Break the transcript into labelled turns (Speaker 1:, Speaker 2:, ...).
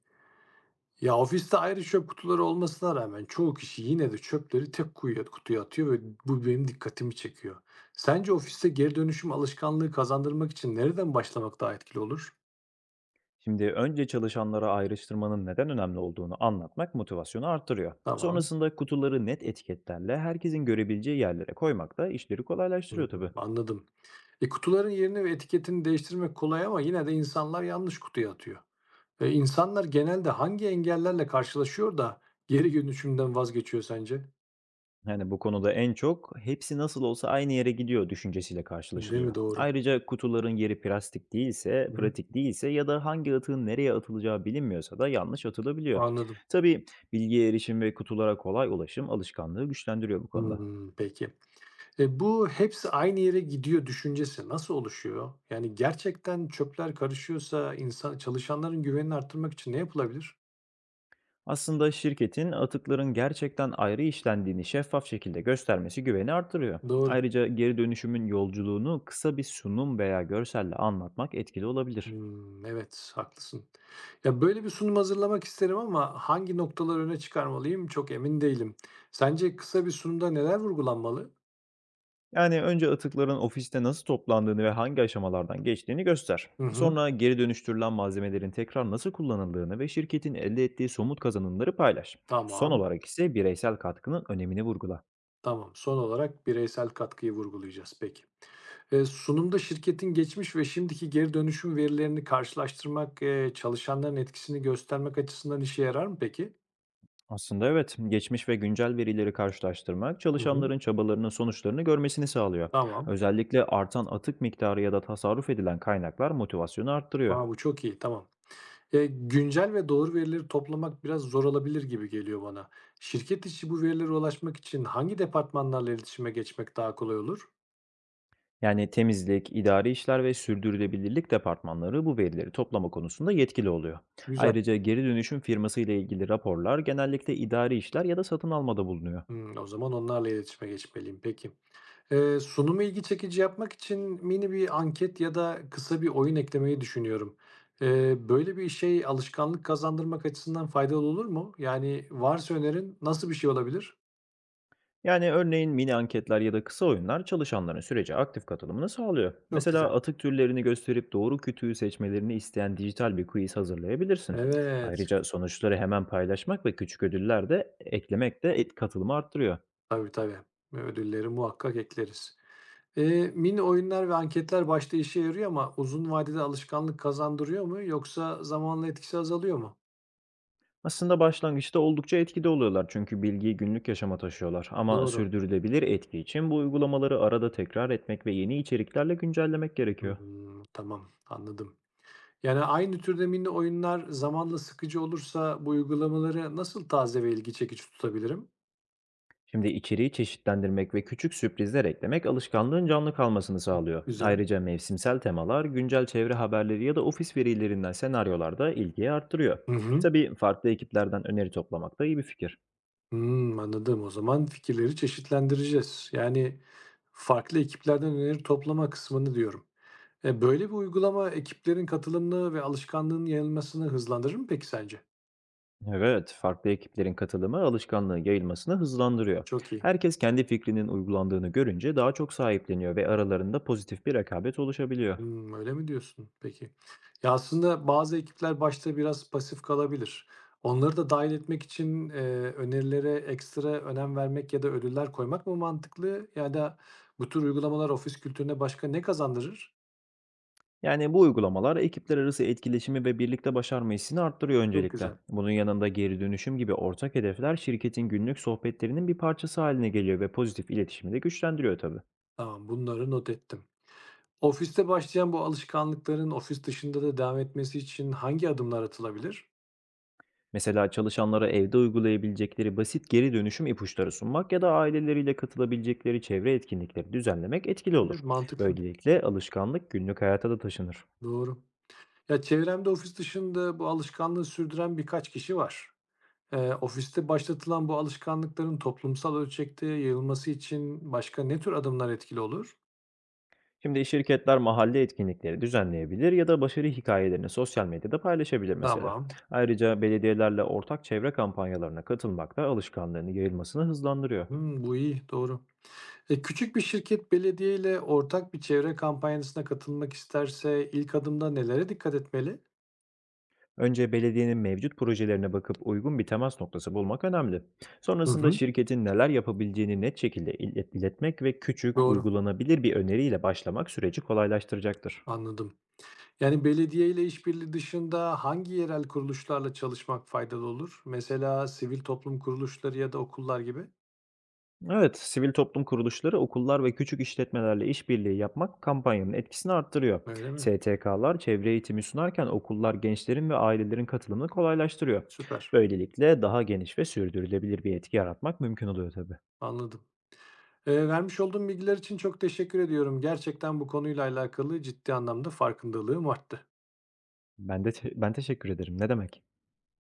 Speaker 1: Ya ofiste ayrı çöp kutuları olmasına rağmen çoğu kişi yine de çöpleri tek kutuya atıyor ve bu benim dikkatimi çekiyor. Sence ofiste geri dönüşüm alışkanlığı kazandırmak için nereden başlamak daha etkili olur?
Speaker 2: Şimdi önce çalışanlara ayrıştırmanın neden önemli olduğunu anlatmak motivasyonu artırıyor.
Speaker 1: Tamam.
Speaker 2: Sonrasında kutuları net etiketlerle herkesin görebileceği yerlere koymak da işleri
Speaker 1: Hmm,
Speaker 2: kolaylaştırıyor tabii.
Speaker 1: anladım. Kutuların yerini ve etiketini değiştirmek kolay ama yine de insanlar yanlış kutuya atıyor. İnsanlar genelde hangi engellerle karşılaşıyor da geri dönüşümden vazgeçiyor sence?
Speaker 2: Yani bu konuda en çok hepsi nasıl olsa aynı yere gidiyor düşüncesiyle
Speaker 1: Değil mi?
Speaker 2: karşılaşılıyor.
Speaker 1: Doğru.
Speaker 2: Ayrıca kutuların yeri plastik değilse,
Speaker 1: Hı hı.
Speaker 2: pratik değilse ya da hangi atığın nereye atılacağı bilinmiyorsa da yanlış atılabiliyor.
Speaker 1: Anladım.
Speaker 2: Tabii bilgiye erişim ve kutulara kolay ulaşım alışkanlığı güçlendiriyor bu konuda.
Speaker 1: Hmm, peki. Bu hepsi aynı yere gidiyor düşüncesi nasıl oluşuyor? Yani gerçekten çöpler karışıyorsa insan çalışanların güvenini arttırmak için ne yapılabilir?
Speaker 2: Aslında şirketin atıkların gerçekten ayrı işlendiğini şeffaf şekilde göstermesi güveni artırıyor.
Speaker 1: Doğru.
Speaker 2: Ayrıca geri dönüşümün yolculuğunu kısa bir sunum veya görselle anlatmak etkili olabilir.
Speaker 1: Hmm, evet, haklısın. Ya böyle bir sunum hazırlamak isterim ama hangi noktaları öne çıkarmalıyım çok emin değilim. Sence kısa bir sunumda neler vurgulanmalı?
Speaker 2: Yani önce atıkların ofiste nasıl toplandığını ve hangi aşamalardan geçtiğini göster.
Speaker 1: Hı hı,
Speaker 2: Sonra geri dönüştürülen malzemelerin tekrar nasıl kullanıldığını ve şirketin elde ettiği somut kazanımları paylaş. Son
Speaker 1: tamam,
Speaker 2: olarak ise bireysel katkının önemini vurgula.
Speaker 1: tamam. Son olarak bireysel katkıyı vurgulayacağız. Peki. Sunumda şirketin geçmiş ve şimdiki geri dönüşüm verilerini karşılaştırmak, çalışanların etkisini göstermek açısından işe yarar mı peki?
Speaker 2: Aslında evet, geçmiş ve güncel verileri karşılaştırmak
Speaker 1: Hı hı.
Speaker 2: çalışanların çabalarının sonuçlarını görmesini sağlıyor.
Speaker 1: Tamam.
Speaker 2: Özellikle artan atık miktarı ya da tasarruf edilen kaynaklar motivasyonu arttırıyor.
Speaker 1: A, bu çok iyi, tamam. Güncel ve doğru verileri toplamak biraz zor olabilir gibi geliyor bana. Şirket içi bu verilere ulaşmak için hangi departmanlarla iletişime geçmek daha kolay olur?
Speaker 2: Yani temizlik, idari işler ve sürdürülebilirlik departmanları bu verileri toplama konusunda yetkili oluyor.
Speaker 1: Güzel.
Speaker 2: Ayrıca geri dönüşüm firması ile ilgili raporlar genellikle idari işler ya da satın almada bulunuyor.
Speaker 1: Hımm, o zaman onlarla iletişime geçmeliyim. Peki. Sunumu ilgi çekici yapmak için mini bir anket ya da kısa bir oyun eklemeyi düşünüyorum. Böyle bir şey alışkanlık kazandırmak açısından faydalı olur mu? Yani varsa önerin nasıl bir şey olabilir?
Speaker 2: Yani örneğin mini anketler ya da kısa oyunlar çalışanların sürece aktif katılımını sağlıyor.
Speaker 1: Çok güzel.
Speaker 2: Mesela atık türlerini gösterip doğru kütüğü seçmelerini isteyen dijital bir quiz hazırlayabilirsin.
Speaker 1: Evet,
Speaker 2: Ayrıca sonuçları hemen paylaşmak ve küçük ödüller de eklemek de et katılımı arttırıyor.
Speaker 1: tabii tabii. Ödülleri muhakkak ekleriz. Mini oyunlar ve anketler başta işe yarıyor ama uzun vadede alışkanlık kazandırıyor mu yoksa zamanla etkisi azalıyor mu?
Speaker 2: Aslında başlangıçta oldukça etkili oluyorlar çünkü bilgiyi günlük yaşama taşıyorlar. Ama
Speaker 1: Doğru.
Speaker 2: sürdürülebilir etki için bu uygulamaları arada tekrar etmek ve yeni içeriklerle güncellemek gerekiyor.
Speaker 1: Hmm, tamam, anladım. Yani, aynı türde mini oyunlar zamanla sıkıcı olursa bu uygulamaları nasıl taze ve ilgi çekici tutabilirim?
Speaker 2: Şimdi içeriği çeşitlendirmek ve küçük sürprizler eklemek alışkanlığın canlı kalmasını sağlıyor.
Speaker 1: Güzel.
Speaker 2: Ayrıca mevsimsel temalar, güncel çevre haberleri ya da ofis verilerinden senaryolar da ilgiyi arttırıyor.
Speaker 1: Hı hı.
Speaker 2: Tabii farklı ekiplerden öneri toplamak da iyi bir fikir.
Speaker 1: Hımm, anladım. O zaman fikirleri çeşitlendireceğiz. Yani, farklı ekiplerden öneri toplama kısmını diyorum. Böyle bir uygulama ekiplerin katılımını ve alışkanlığın yayılmasını hızlandırır mı peki sence?
Speaker 2: Evet, farklı ekiplerin katılımı alışkanlığın yayılmasını hızlandırıyor.
Speaker 1: Çok iyi.
Speaker 2: Herkes kendi fikrinin uygulandığını görünce daha çok sahipleniyor ve aralarında pozitif bir rekabet oluşabiliyor.
Speaker 1: Hımm, öyle mi diyorsun? Peki. Ya, aslında bazı ekipler başta biraz pasif kalabilir. Onları da dâhil etmek için, önerilere ekstra önem vermek ya da ödüller koymak mı mantıklı ya da bu tür uygulamalar ofis kültürüne başka ne kazandırır?
Speaker 2: Yani bu uygulamalar ekipler arası etkileşimi ve birlikte başarma hissini arttırıyor
Speaker 1: Çok
Speaker 2: öncelikle.
Speaker 1: güzel.
Speaker 2: Bunun yanında geri dönüşüm gibi ortak hedefler şirketin günlük sohbetlerinin bir parçası haline geliyor ve pozitif iletişimi de güçlendiriyor tabii.
Speaker 1: Tamam, bunları not ettim. Ofiste başlayan bu alışkanlıkların ofis dışında da devam etmesi için hangi adımlar atılabilir?
Speaker 2: Mesela çalışanlara evde uygulayabilecekleri basit geri dönüşüm ipuçları sunmak ya da aileleriyle katılabilecekleri çevre etkinlikleri düzenlemek etkili olur.
Speaker 1: Evet, mantıklı.
Speaker 2: Böylelikle alışkanlık günlük hayata da taşınır.
Speaker 1: Doğru. Ya, çevremde ofis dışında bu alışkanlığı sürdüren birkaç kişi var. Ofiste başlatılan bu alışkanlıkların toplumsal ölçekte yayılması için başka ne tür adımlar etkili olur?
Speaker 2: Şimdi şirketler mahalle etkinlikleri düzenleyebilir ya da başarı hikayelerini sosyal medyada paylaşabilir mesela.
Speaker 1: Tamam.
Speaker 2: Ayrıca belediyelerle ortak çevre kampanyalarına katılmak da alışkanlığını yayılmasını hızlandırıyor.
Speaker 1: Hmm, bu iyi, doğru. Küçük bir şirket belediye ile ortak bir çevre kampanyasına katılmak isterse ilk adımda nelere dikkat etmeli?
Speaker 2: Önce belediyenin mevcut projelerine bakıp uygun bir temas noktası bulmak önemli.
Speaker 1: Hı
Speaker 2: Sonrasında
Speaker 1: hı.
Speaker 2: şirketin neler yapabileceğini net şekilde iletmek ve küçük,
Speaker 1: Doğru,
Speaker 2: uygulanabilir bir öneriyle başlamak süreci kolaylaştıracaktır.
Speaker 1: anladım. Yani belediye ile işbirliği dışında hangi yerel kuruluşlarla çalışmak faydalı olur? Mesela sivil toplum kuruluşları ya da okullar gibi.
Speaker 2: Evet, sivil toplum kuruluşları, okullar ve küçük işletmelerle işbirliği yapmak kampanyanın etkisini arttırıyor.
Speaker 1: Öyle mi?
Speaker 2: STK'lar çevre eğitimi sunarken okullar gençlerin ve ailelerin katılımını kolaylaştırıyor.
Speaker 1: Süper,
Speaker 2: Böylelikle daha geniş ve sürdürülebilir bir etki yaratmak mümkün oluyor tabii.
Speaker 1: anladım. Vermiş olduğum bilgiler için çok teşekkür ediyorum. Gerçekten bu konuyla alakalı ciddi anlamda farkındalığım arttı.
Speaker 2: Ben teşekkür ederim. Ne demek?